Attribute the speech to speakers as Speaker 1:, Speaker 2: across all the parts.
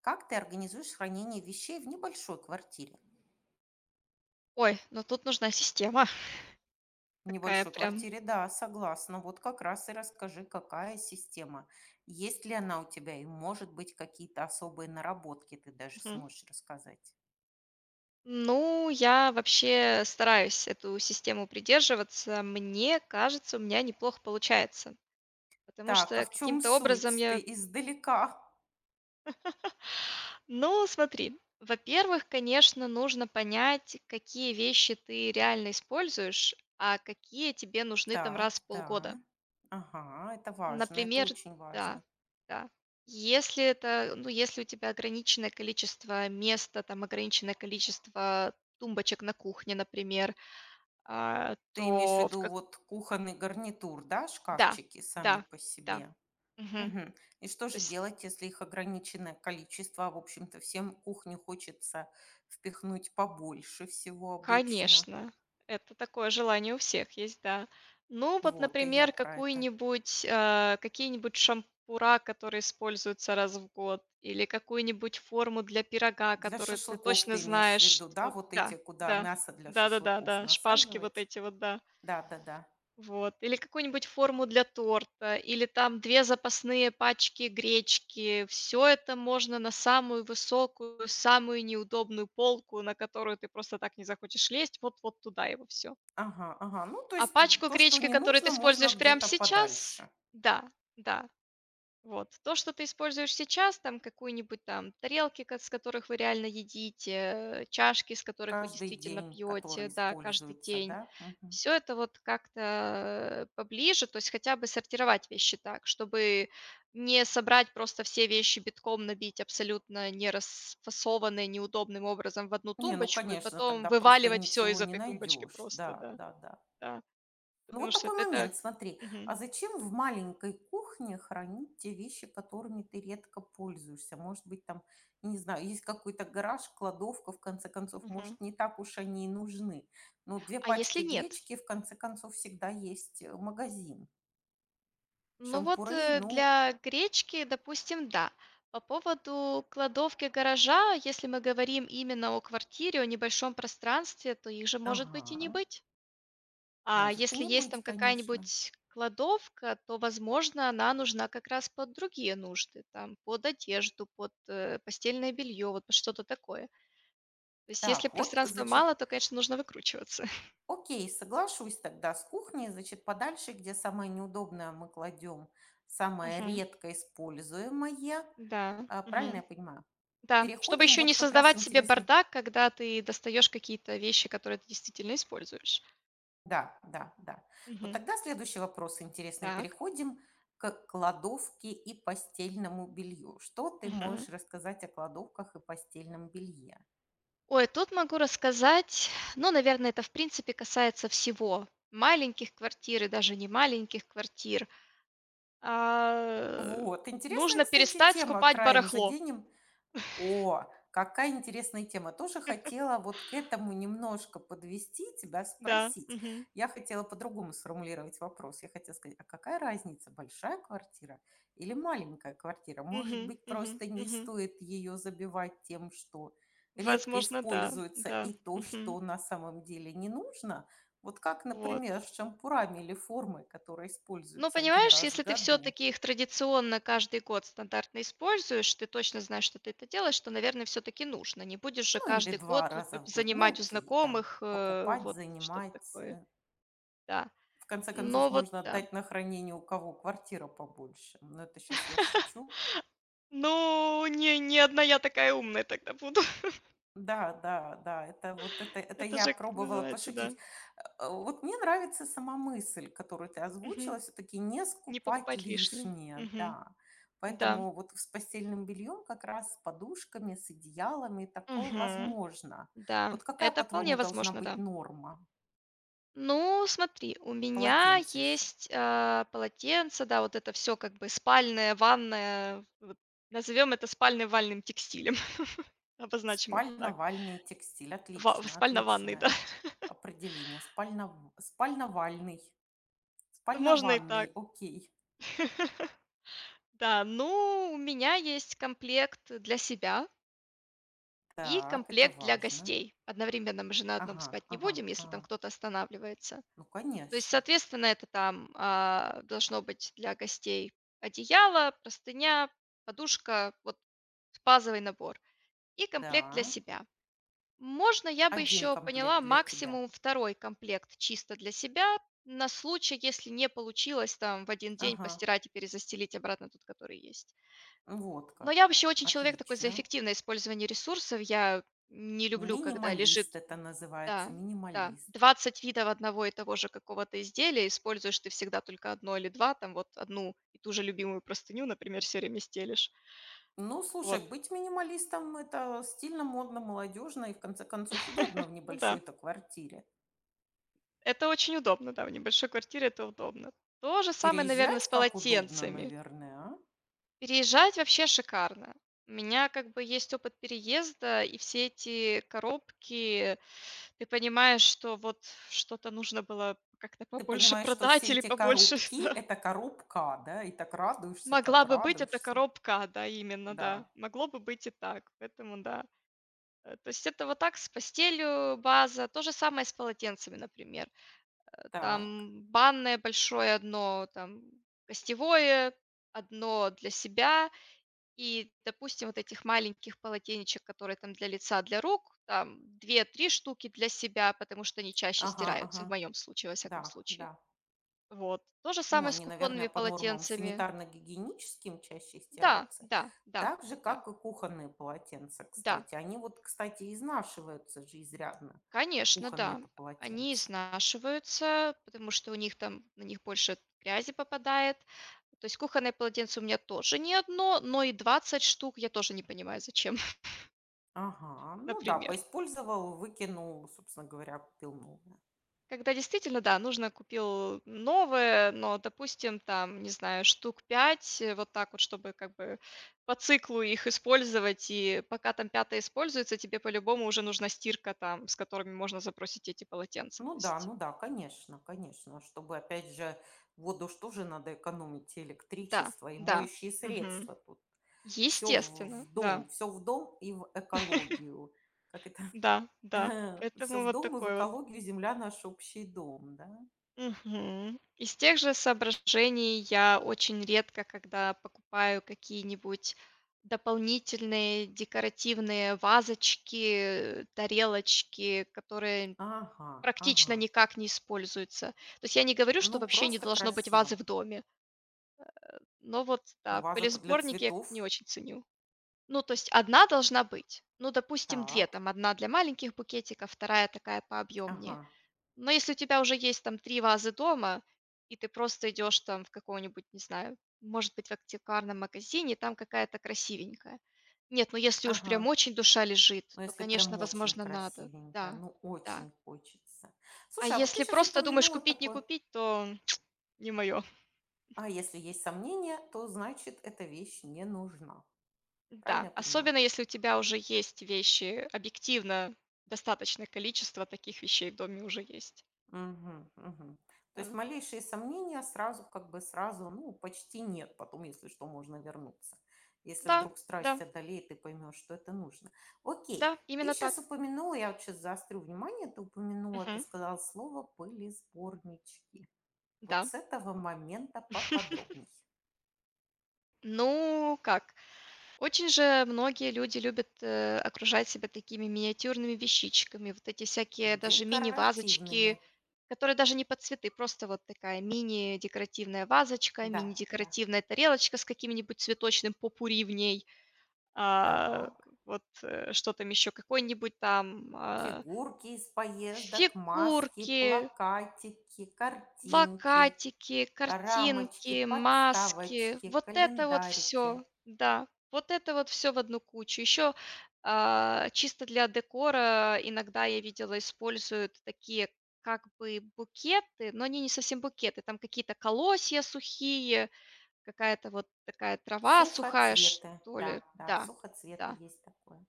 Speaker 1: Как ты организуешь хранение вещей в небольшой квартире?
Speaker 2: Ой, ну тут нужна система
Speaker 1: В
Speaker 2: такая
Speaker 1: небольшой
Speaker 2: прям.
Speaker 1: квартире, да, согласна. Вот как раз и расскажи, какая система, есть ли она у тебя и, может быть, какие-то особые наработки ты даже
Speaker 2: Мгм.
Speaker 1: сможешь рассказать.
Speaker 2: Ну, я вообще стараюсь эту систему придерживаться. Мне кажется, у меня неплохо получается, потому
Speaker 1: Так, а
Speaker 2: что
Speaker 1: в чем
Speaker 2: каким-то образом
Speaker 1: суть? Ты
Speaker 2: я…
Speaker 1: издалека.
Speaker 2: Ну, смотри, во-первых, конечно, нужно понять, какие вещи ты реально используешь, а какие тебе нужны там раз
Speaker 1: Так,
Speaker 2: в
Speaker 1: да.
Speaker 2: полгода.
Speaker 1: Ага, это важно, это
Speaker 2: Например,
Speaker 1: очень
Speaker 2: да,
Speaker 1: важно.
Speaker 2: да. Если это, ну, если у тебя ограниченное количество места, там ограниченное количество тумбочек на кухне, например,
Speaker 1: Ты имеешь в
Speaker 2: то в
Speaker 1: виду
Speaker 2: как…
Speaker 1: вот кухонный гарнитур, да,
Speaker 2: Да,
Speaker 1: шкафчики сами
Speaker 2: да,
Speaker 1: по
Speaker 2: да.
Speaker 1: себе?
Speaker 2: Мгм.
Speaker 1: Мгм. И что
Speaker 2: То
Speaker 1: же
Speaker 2: есть…
Speaker 1: делать, если их ограниченное количество? В общем-то, всем кухню хочется впихнуть побольше всего обычно.
Speaker 2: Конечно, это такое желание у всех есть, да. Ну вот,
Speaker 1: Вот, и я
Speaker 2: например,
Speaker 1: про это.
Speaker 2: какую-нибудь, какие-нибудь шампура, которые используются раз в год, или какую-нибудь форму для пирога,
Speaker 1: Для
Speaker 2: которую ты
Speaker 1: шашлыков
Speaker 2: точно
Speaker 1: ты имеешь в
Speaker 2: знаешь.
Speaker 1: виду, да?
Speaker 2: Вот,
Speaker 1: Вот эти,
Speaker 2: да,
Speaker 1: куда
Speaker 2: да,
Speaker 1: мясо для
Speaker 2: да-да-да, да,
Speaker 1: шашлыков
Speaker 2: да, да, шпажки вот
Speaker 1: насаживать?
Speaker 2: эти вот, да.
Speaker 1: Да, да, да.
Speaker 2: Вот. Или какую-нибудь форму для торта, или там 2 запасные пачки гречки. Все это можно на самую высокую, самую неудобную полку, на которую ты просто так не захочешь лезть, вот туда его все.
Speaker 1: Ага, ага. Ну, то
Speaker 2: А
Speaker 1: есть
Speaker 2: пачку
Speaker 1: то, что
Speaker 2: гречки,
Speaker 1: не
Speaker 2: которую ты
Speaker 1: нужно, можно
Speaker 2: используешь прямо
Speaker 1: где-то
Speaker 2: сейчас…
Speaker 1: подальше.
Speaker 2: Да, да. Вот. То, что ты используешь сейчас, там какую-нибудь там тарелки, ко- с которых вы реально едите, чашки, с которых вы
Speaker 1: Каждый
Speaker 2: действительно
Speaker 1: день, который
Speaker 2: пьете, да, каждый
Speaker 1: используется,
Speaker 2: день,
Speaker 1: да? Мгм.
Speaker 2: все это вот как-то поближе, то есть хотя бы сортировать вещи так, чтобы не собрать просто все вещи битком, набить абсолютно не расфасованные, неудобным образом в одну
Speaker 1: Не, ну,
Speaker 2: тумбочку и
Speaker 1: конечно,
Speaker 2: потом
Speaker 1: тогда просто
Speaker 2: вываливать все
Speaker 1: ничего
Speaker 2: из
Speaker 1: не
Speaker 2: этой тумбочки
Speaker 1: найдешь.
Speaker 2: просто,
Speaker 1: Да,
Speaker 2: да,
Speaker 1: да, да.
Speaker 2: да,
Speaker 1: Ну,
Speaker 2: потому
Speaker 1: вот
Speaker 2: что
Speaker 1: такой
Speaker 2: это…
Speaker 1: момент, смотри.
Speaker 2: Мгм,
Speaker 1: А зачем в маленькой кухне хранить те вещи, которыми ты редко пользуешься? Может быть, там, не знаю, есть какой-то гараж, кладовка, в конце концов,
Speaker 2: мгм.
Speaker 1: может, не так уж они и нужны. Но две
Speaker 2: А
Speaker 1: пачки
Speaker 2: если нет?
Speaker 1: гречки, в конце концов, всегда есть магазин.
Speaker 2: Ну вот,
Speaker 1: Шампуры, ну,
Speaker 2: для гречки, допустим, да. По поводу кладовки гаража, если мы говорим именно о квартире, о небольшом пространстве, то их же может быть и не
Speaker 1: ага,
Speaker 2: быть. А
Speaker 1: может и
Speaker 2: если
Speaker 1: не
Speaker 2: есть
Speaker 1: быть,
Speaker 2: там
Speaker 1: конечно.
Speaker 2: какая-нибудь кладовка, то, возможно, она нужна как раз под другие нужды, там, под одежду, под постельное белье, вот под что-то такое. То есть, если
Speaker 1: Так, вот,
Speaker 2: пространства
Speaker 1: значит,
Speaker 2: мало, то, конечно, нужно выкручиваться.
Speaker 1: окей, соглашусь тогда с кухней. Значит, подальше, где самое неудобное, мы кладем самое
Speaker 2: Мгм.
Speaker 1: редко используемое.
Speaker 2: Да.
Speaker 1: Правильно я
Speaker 2: Мгм.
Speaker 1: понимаю?
Speaker 2: Да, чтобы
Speaker 1: Переходим,
Speaker 2: еще
Speaker 1: вот
Speaker 2: не
Speaker 1: как раз
Speaker 2: создавать себе
Speaker 1: интересный.
Speaker 2: бардак, когда ты достаешь какие-то вещи, которые ты действительно используешь.
Speaker 1: Да, да, да. Вот
Speaker 2: Мгм.
Speaker 1: тогда следующий вопрос интересный.
Speaker 2: Так.
Speaker 1: Переходим к кладовке и постельному белью. Что ты
Speaker 2: Мгм.
Speaker 1: можешь рассказать о кладовках и постельном белье?
Speaker 2: Ой, тут могу рассказать, ну, наверное, это в принципе касается всего. Маленьких квартир и даже не маленьких квартир. А,
Speaker 1: Вот, интересная,
Speaker 2: нужно
Speaker 1: кстати,
Speaker 2: перестать
Speaker 1: тема.
Speaker 2: скупать
Speaker 1: Краем
Speaker 2: барахло.
Speaker 1: заденем. О, какая интересная тема. Тоже хотела вот к этому немножко подвести тебя,
Speaker 2: Да.
Speaker 1: спросить.
Speaker 2: Мгм.
Speaker 1: Я хотела по-другому сформулировать вопрос. Я хотела сказать, а какая разница, большая квартира или маленькая квартира? Может
Speaker 2: Мгм.
Speaker 1: быть,
Speaker 2: Мгм.
Speaker 1: просто не
Speaker 2: Мгм.
Speaker 1: стоит ее забивать тем, что редко
Speaker 2: Возможно, да.
Speaker 1: используется
Speaker 2: Да.
Speaker 1: и то,
Speaker 2: Мгм.
Speaker 1: что на самом деле не нужно? Вот как,
Speaker 2: Вот.
Speaker 1: например, с шампурами или формой, которые
Speaker 2: Ну,
Speaker 1: используются один
Speaker 2: понимаешь,
Speaker 1: раз в
Speaker 2: если ты все
Speaker 1: году.
Speaker 2: таки их традиционно каждый год стандартно используешь, ты точно знаешь, что ты это делаешь, то, наверное, все таки нужно. Не будешь же
Speaker 1: Ну, или
Speaker 2: каждый
Speaker 1: 2
Speaker 2: год тут
Speaker 1: раза в год.
Speaker 2: занимать
Speaker 1: Ну,
Speaker 2: у
Speaker 1: окей, да.
Speaker 2: знакомых,
Speaker 1: Покупать,
Speaker 2: вот что-то
Speaker 1: занимать.
Speaker 2: такое, да.
Speaker 1: В конце концов,
Speaker 2: Но вот
Speaker 1: можно
Speaker 2: да.
Speaker 1: отдать на хранение, у кого квартира побольше. Но это сейчас я шучу.
Speaker 2: Ну, не одна я такая умная тогда буду.
Speaker 1: Да, да, да, это вот это
Speaker 2: Это
Speaker 1: я
Speaker 2: же, как
Speaker 1: пробовала
Speaker 2: называется,
Speaker 1: пошутить.
Speaker 2: да.
Speaker 1: Вот мне нравится сама мысль, которую ты озвучила,
Speaker 2: Мгм.
Speaker 1: все-таки не
Speaker 2: Не
Speaker 1: скупать
Speaker 2: покупать лишнее.
Speaker 1: лишнее,
Speaker 2: Мгм.
Speaker 1: да.
Speaker 2: Да.
Speaker 1: Поэтому вот с постельным бельем, как раз с подушками, с одеялами такое
Speaker 2: Мгм.
Speaker 1: возможно.
Speaker 2: Да,
Speaker 1: Вот какая,
Speaker 2: это вполне
Speaker 1: по-твоему, должна
Speaker 2: возможно,
Speaker 1: быть
Speaker 2: да.
Speaker 1: норма?
Speaker 2: Ну, смотри, у меня
Speaker 1: Полотенце еще.
Speaker 2: есть, полотенце, да, вот это все как бы спальное, ванное. Вот назовем это спально-вальным текстилем, обозначим это так.
Speaker 1: Спальновальный текстиль.
Speaker 2: Ва
Speaker 1: Отлично,
Speaker 2: спально-ванный, да.
Speaker 1: отличное определение. Спальнов спальновальный,
Speaker 2: Ну, можно и так.
Speaker 1: спальнованный, окей.
Speaker 2: Да, ну, у меня есть комплект для себя и
Speaker 1: Так, это
Speaker 2: комплект для
Speaker 1: важно.
Speaker 2: гостей. Одновременно мы же на одном
Speaker 1: Ага,
Speaker 2: спать не
Speaker 1: ага,
Speaker 2: будем, если там
Speaker 1: ага.
Speaker 2: кто-то останавливается.
Speaker 1: Ну,
Speaker 2: То есть,
Speaker 1: конечно.
Speaker 2: соответственно, это там, должно быть для гостей одеяло, простыня, подушка, вот базовый набор и комплект для
Speaker 1: Да,
Speaker 2: себя. Можно, я бы
Speaker 1: один
Speaker 2: еще
Speaker 1: комплект
Speaker 2: поняла,
Speaker 1: для тебя.
Speaker 2: максимум второй комплект чисто для себя на случай, если не получилось там в один день
Speaker 1: Ага,
Speaker 2: постирать и перезастелить обратно тот, который есть.
Speaker 1: вот
Speaker 2: Но я
Speaker 1: как.
Speaker 2: вообще очень человек такой за
Speaker 1: Отлично.
Speaker 2: эффективное использование ресурсов. Я не люблю, когда
Speaker 1: Минималист
Speaker 2: лежит…
Speaker 1: это называется,
Speaker 2: Да, да.
Speaker 1: минималист.
Speaker 2: 20 видов одного и того же какого-то изделия, используешь ты всегда только одно или 2, там вот одну и ту же любимую простыню, например, всё время стелишь.
Speaker 1: Ну, слушай,
Speaker 2: Вот,
Speaker 1: быть минималистом — это стильно, модно, молодежно и, в конце концов, удобно в
Speaker 2: ну да,
Speaker 1: небольшой-то квартире.
Speaker 2: это очень удобно, да, в небольшой квартире это удобно. То же самое, наверное, с
Speaker 1: Переезжать как удобно,
Speaker 2: полотенцами.
Speaker 1: наверное, а?
Speaker 2: Переезжать вообще шикарно. У меня как бы есть опыт переезда, и все эти коробки, ты понимаешь, что вот что-то нужно было как-то
Speaker 1: Ты
Speaker 2: побольше
Speaker 1: понимаешь, что
Speaker 2: продать
Speaker 1: все
Speaker 2: или
Speaker 1: эти
Speaker 2: побольше…
Speaker 1: коробки — это коробка, да, и так радуешься, так
Speaker 2: Могла бы быть эта
Speaker 1: радуешься.
Speaker 2: коробка, да, именно, да.
Speaker 1: Да,
Speaker 2: Могло бы быть и так, поэтому да. То есть это вот так с постелью база. То же самое с полотенцами, например.
Speaker 1: так.
Speaker 2: Там банное большое одно, там гостевое, одно для себя и, допустим, вот этих маленьких полотенечек, которые там для лица, для рук, там две-три штуки для себя, потому что они чаще
Speaker 1: Ага, ага.
Speaker 2: стираются, в моем случае, во
Speaker 1: Да,
Speaker 2: всяком случае.
Speaker 1: да.
Speaker 2: Вот. То же
Speaker 1: Ну,
Speaker 2: самое с
Speaker 1: они, наверное,
Speaker 2: кухонными
Speaker 1: по нормам
Speaker 2: полотенцами.
Speaker 1: санитарно-гигиеническим чаще
Speaker 2: Да,
Speaker 1: стираются.
Speaker 2: да, да,
Speaker 1: Так же,
Speaker 2: да,
Speaker 1: как и кухонные полотенца,
Speaker 2: да.
Speaker 1: кстати. Они вот, кстати, изнашиваются же изрядно,
Speaker 2: Конечно, да.
Speaker 1: кухонные-то
Speaker 2: Они
Speaker 1: полотенца.
Speaker 2: изнашиваются, потому что у них там, на них больше грязи попадает. То есть кухонное полотенце у меня тоже не одно, но и 20 штук я тоже не понимаю, зачем,
Speaker 1: Ага, ну да,
Speaker 2: например.
Speaker 1: поиспользовал, выкинул, собственно говоря, купил новое.
Speaker 2: Когда действительно, да, нужно купил новое, но, допустим, там, не знаю, штук 5, вот так вот, чтобы как бы по циклу их использовать, и пока там пятое используется, тебе по-любому уже нужна стирка там, с которыми можно забросить эти полотенца. То
Speaker 1: Ну да,
Speaker 2: есть,
Speaker 1: ну да, конечно, конечно. Чтобы, опять же, воду что же надо экономить, и
Speaker 2: да,
Speaker 1: электричество, и
Speaker 2: да.
Speaker 1: моющие
Speaker 2: Мгм.
Speaker 1: средства тут. Все в
Speaker 2: Естественно, да,
Speaker 1: дом, все в дом и в экологию. Как это?
Speaker 2: да, да.
Speaker 1: Все
Speaker 2: Поэтому
Speaker 1: в
Speaker 2: вот
Speaker 1: дом и в
Speaker 2: такой вот.
Speaker 1: экологию, земля наш общий дом, да?
Speaker 2: Мгм. Из тех же соображений я очень редко, когда покупаю какие-нибудь дополнительные декоративные вазочки, тарелочки, которые
Speaker 1: Ага, ага.
Speaker 2: практично никак не используются. То есть я не говорю, что
Speaker 1: Ну,
Speaker 2: вообще не
Speaker 1: просто
Speaker 2: должно быть
Speaker 1: красиво.
Speaker 2: вазы в доме, но вот,
Speaker 1: Ну,
Speaker 2: да,
Speaker 1: ваза-то для
Speaker 2: пылесборники я как
Speaker 1: цветов.
Speaker 2: не очень ценю. Ну, то есть одна должна быть. Ну, допустим, 2
Speaker 1: Так,
Speaker 2: там: одна для маленьких букетиков, вторая такая
Speaker 1: ага,
Speaker 2: пообъёмнее. Но если у тебя уже есть там 3 вазы дома, и ты просто идешь там в каком нибудь не знаю, может быть, в антикварном магазине, там какая-то красивенькая. Нет, ну если уж
Speaker 1: ага.
Speaker 2: прям очень душа лежит,
Speaker 1: Ну,
Speaker 2: то,
Speaker 1: если
Speaker 2: конечно,
Speaker 1: прям очень
Speaker 2: возможно, надо.
Speaker 1: красивенькая,
Speaker 2: Да,
Speaker 1: ну,
Speaker 2: да.
Speaker 1: очень хочется.
Speaker 2: А
Speaker 1: Слушай, а вот ты
Speaker 2: если
Speaker 1: сейчас
Speaker 2: просто думаешь
Speaker 1: упомянула
Speaker 2: купить, не
Speaker 1: такое.
Speaker 2: купить, то… не мое.
Speaker 1: А если есть сомнения, то значит эта вещь не нужна. Правильно
Speaker 2: Да,
Speaker 1: я понимаю?
Speaker 2: особенно если у тебя уже есть вещи, объективно достаточное количество таких вещей в доме уже есть.
Speaker 1: Мгм, мгм. То есть
Speaker 2: Да,
Speaker 1: малейшие сомнения сразу, как бы сразу, ну, почти нет. Потом, если что, можно вернуться. Если
Speaker 2: да,
Speaker 1: вдруг страсть
Speaker 2: да,
Speaker 1: одолеет, ты поймешь, что это нужно. Окей,
Speaker 2: да,
Speaker 1: ты
Speaker 2: именно
Speaker 1: сейчас
Speaker 2: так.
Speaker 1: упомянула, я вот сейчас заострю внимание, ты упомянула, ты
Speaker 2: Мгм.
Speaker 1: сказала слово пылесборнички. Вот
Speaker 2: Да.
Speaker 1: с этого момента поподробней.
Speaker 2: Ну, как? Очень же многие люди любят окружать себя такими миниатюрными вещичками, вот эти всякие даже мини-вазочки,
Speaker 1: Декоративными.
Speaker 2: которые даже не под цветы, просто вот такая мини-декоративная вазочка,
Speaker 1: Да, да.
Speaker 2: мини-декоративная тарелочка с каким-нибудь цветочным попури в ней. А,
Speaker 1: Так.
Speaker 2: вот, что там еще? Какой-нибудь там,
Speaker 1: Фигурки из поездок, маски,
Speaker 2: фигурки,
Speaker 1: плакатики, картинки,
Speaker 2: плакатики,
Speaker 1: рамочки,
Speaker 2: картинки, маски.
Speaker 1: подставочки,
Speaker 2: Вот это вот
Speaker 1: календарики.
Speaker 2: все да, вот это вот все в одну кучу. Еще, чисто для декора иногда я видела, используют такие как бы букеты, но они не совсем букеты, там какие-то колосья сухие, какая-то вот такая трава сухая,
Speaker 1: Сухоцветы,
Speaker 2: что ли.
Speaker 1: да, да,
Speaker 2: Да,
Speaker 1: сухоцветы
Speaker 2: да.
Speaker 1: есть такое.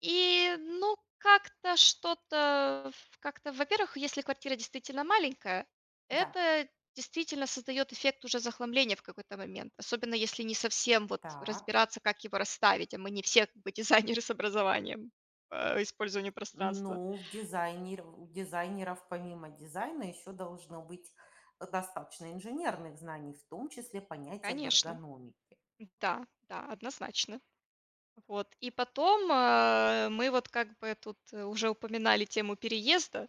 Speaker 2: И, ну, как-то что-то, в- как-то, во-первых, если квартира действительно маленькая,
Speaker 1: Да,
Speaker 2: это действительно создает эффект уже захламления в какой-то момент, особенно если не совсем вот
Speaker 1: так.
Speaker 2: разбираться, как его расставить, а мы не все как бы дизайнеры с образованием по использованию пространства.
Speaker 1: Ну, в дизайнер, у дизайнеров помимо дизайна еще должно быть достаточно инженерных знаний, в том числе понятие об
Speaker 2: Конечно,
Speaker 1: эргономике.
Speaker 2: да, да, однозначно. Вот. И потом мы вот как бы тут уже упоминали тему переезда.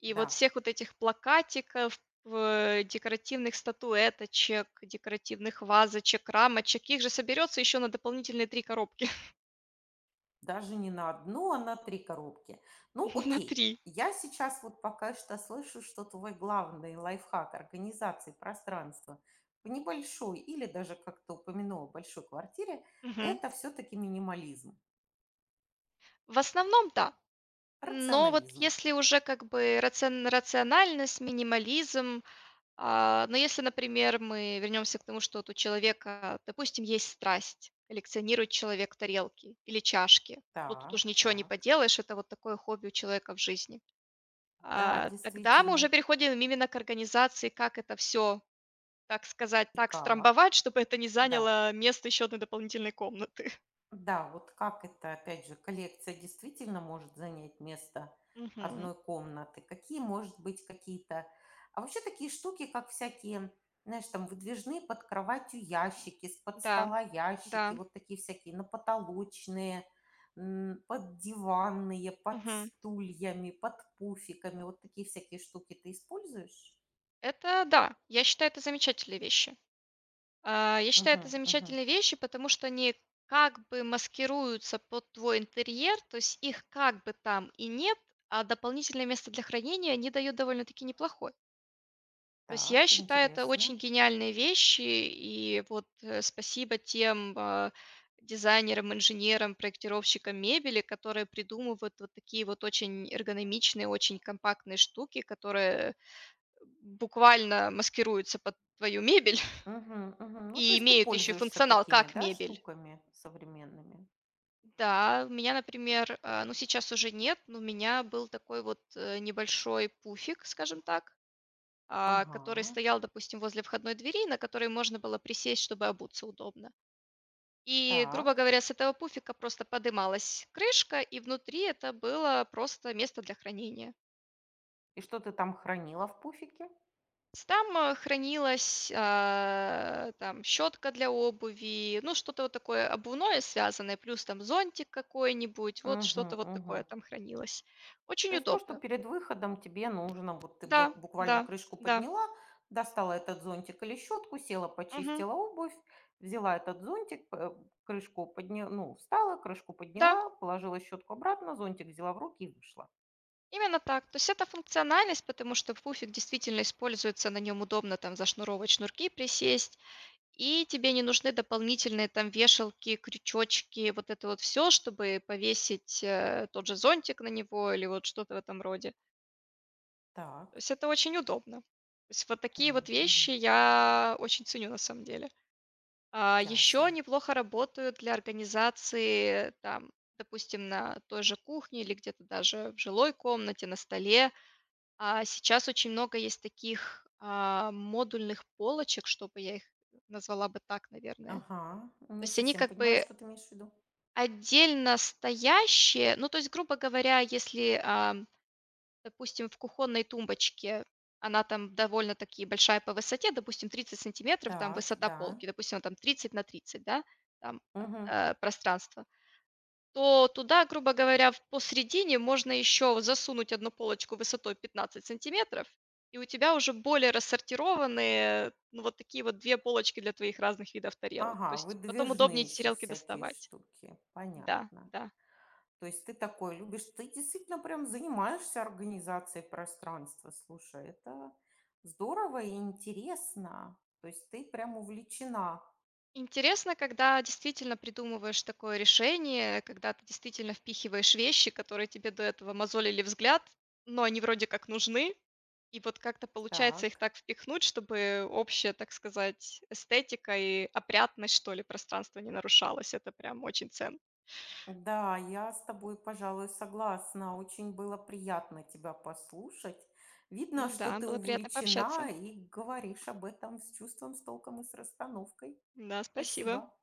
Speaker 2: И
Speaker 1: Да,
Speaker 2: вот всех вот этих плакатиков, декоративных статуэточек, декоративных вазочек, рамочек, их же соберется еще на дополнительные 3 коробки.
Speaker 1: даже не на одну, а на 3 коробки. Ну,
Speaker 2: На
Speaker 1: окей.
Speaker 2: три.
Speaker 1: Я сейчас вот пока что слышу, что твой главный лайфхак организации пространства в небольшой или даже, как ты упомянула, большой квартире,
Speaker 2: Мгм.
Speaker 1: это все-таки минимализм,
Speaker 2: В основном, да. Но вот
Speaker 1: рационализм.
Speaker 2: если уже как бы рациональность, минимализм, но если, например, мы вернемся к тому, что вот у человека, допустим, есть страсть, коллекционирует человек тарелки или чашки, ну тут уже
Speaker 1: Так,
Speaker 2: ничего не
Speaker 1: так.
Speaker 2: поделаешь, это вот такое хобби у человека в жизни.
Speaker 1: Да,
Speaker 2: Тогда мы уже
Speaker 1: действительно.
Speaker 2: переходим именно к организации, как это все, так сказать,
Speaker 1: И
Speaker 2: так
Speaker 1: как?
Speaker 2: страмбовать, чтобы это не
Speaker 1: Да.
Speaker 2: заняло место еще одной дополнительной комнаты.
Speaker 1: Да, вот как это, опять же, коллекция действительно может занять место
Speaker 2: Мгм.
Speaker 1: одной комнаты? Какие, может быть, какие-то… А вообще такие штуки, как всякие, знаешь, там выдвижные под кроватью ящики, с-под
Speaker 2: Да,
Speaker 1: стола
Speaker 2: да.
Speaker 1: ящики, вот такие всякие напотолочные, м, под диванные, под
Speaker 2: Мгм.
Speaker 1: стульями, под пуфиками, вот такие всякие штуки ты используешь?
Speaker 2: Это да, я считаю, это замечательные вещи.
Speaker 1: Угу, угу.
Speaker 2: Потому что они как бы маскируются под твой интерьер, то есть их как бы там и нет, а дополнительное место для хранения они дают довольно-таки неплохое. То есть
Speaker 1: Так,
Speaker 2: я считаю, это очень
Speaker 1: интересно.
Speaker 2: гениальные вещи, и вот, спасибо тем, дизайнерам, инженерам, проектировщикам мебели, которые придумывают вот такие вот очень эргономичные, очень компактные штуки, которые буквально маскируются под твою мебель
Speaker 1: Мгм, мгм. Ну, то
Speaker 2: и
Speaker 1: есть ты
Speaker 2: имеют еще
Speaker 1: пользуешься
Speaker 2: функционал
Speaker 1: такими,
Speaker 2: как
Speaker 1: да,
Speaker 2: мебель.
Speaker 1: штуками современными?
Speaker 2: Да, у меня, например, ну сейчас уже нет, но у меня был такой вот небольшой пуфик, скажем так, который
Speaker 1: Ага,
Speaker 2: стоял, допустим, возле входной двери, на которой можно было присесть, чтобы обуться удобно. И, грубо
Speaker 1: так.
Speaker 2: говоря, с этого пуфика просто подымалась крышка, и внутри это было просто место для хранения.
Speaker 1: И что ты там хранила в пуфике?
Speaker 2: С- там хранилась, там щетка для обуви, ну что-то вот такое обувное связанное, плюс там зонтик какой-нибудь, вот
Speaker 1: Мгм,
Speaker 2: что-то вот
Speaker 1: мгм.
Speaker 2: такое там хранилось.
Speaker 1: То
Speaker 2: Очень
Speaker 1: есть то, что
Speaker 2: удобно.
Speaker 1: перед выходом тебе нужно, вот ты
Speaker 2: Да, да,
Speaker 1: буквально крышку
Speaker 2: да.
Speaker 1: подняла, достала этот зонтик или щетку, села,
Speaker 2: Мгм.
Speaker 1: почистила обувь, взяла этот зонтик, крышку подняла, ну, встала, крышку
Speaker 2: Да,
Speaker 1: подняла, положила щетку обратно, зонтик взяла в руки и вышла.
Speaker 2: именно так. То есть это функциональность, потому что пуфик действительно используется, на нем удобно там зашнуровать шнурки, присесть, и тебе не нужны дополнительные там вешалки, крючочки, вот это вот все, чтобы повесить, тот же зонтик на него или вот что-то в этом роде.
Speaker 1: Так.
Speaker 2: То есть это очень удобно. То есть вот такие вот
Speaker 1: Мгм,
Speaker 2: вещи
Speaker 1: мгм.
Speaker 2: я очень ценю на самом деле. А еще
Speaker 1: Ясно.
Speaker 2: неплохо работают для организации там, допустим, на той же кухне или где-то даже в жилой комнате, на столе, сейчас очень много есть таких, модульных полочек, чтобы я их назвала бы так, наверное.
Speaker 1: Ага,
Speaker 2: То
Speaker 1: не
Speaker 2: есть они
Speaker 1: совсем
Speaker 2: как
Speaker 1: понимаю,
Speaker 2: бы
Speaker 1: что ты имеешь в виду.
Speaker 2: отдельно стоящие. Ну, то есть, грубо говоря, если, допустим, в кухонной тумбочке она там довольно-таки большая по высоте, допустим, 30 сантиметров там
Speaker 1: Так,
Speaker 2: высота
Speaker 1: да.
Speaker 2: полки, допустим, она там 30 на 30, да, там,
Speaker 1: Мгм.
Speaker 2: пространство, то туда, грубо говоря, в посредине можно еще засунуть одну полочку высотой 15 сантиметров, и у тебя уже более рассортированные, ну, вот такие вот 2 полочки для твоих разных видов тарелок. То
Speaker 1: Ага,
Speaker 2: есть потом удобнее
Speaker 1: выдвижные
Speaker 2: эти
Speaker 1: еще
Speaker 2: тарелки
Speaker 1: всякие
Speaker 2: доставать.
Speaker 1: штуки.
Speaker 2: Да,
Speaker 1: Понятно.
Speaker 2: да.
Speaker 1: То есть ты такой любишь. Ты действительно прям занимаешься организацией пространства. Слушай, это здорово и интересно. То есть ты прям увлечена.
Speaker 2: Интересно, когда действительно придумываешь такое решение, когда ты действительно впихиваешь вещи, которые тебе до этого мозолили взгляд, но они вроде как нужны. И вот как-то получается их
Speaker 1: Так.
Speaker 2: так впихнуть, чтобы общая, так сказать, эстетика и опрятность, что ли, пространства не нарушалась. Это прям очень ценно.
Speaker 1: Да, я с тобой, пожалуй, согласна. Очень было приятно тебя послушать. Видно, что
Speaker 2: Да,
Speaker 1: ты
Speaker 2: было приятно пообщаться.
Speaker 1: увлечена и говоришь об этом с чувством, с толком и с расстановкой.
Speaker 2: Да, спасибо.
Speaker 1: Спасибо.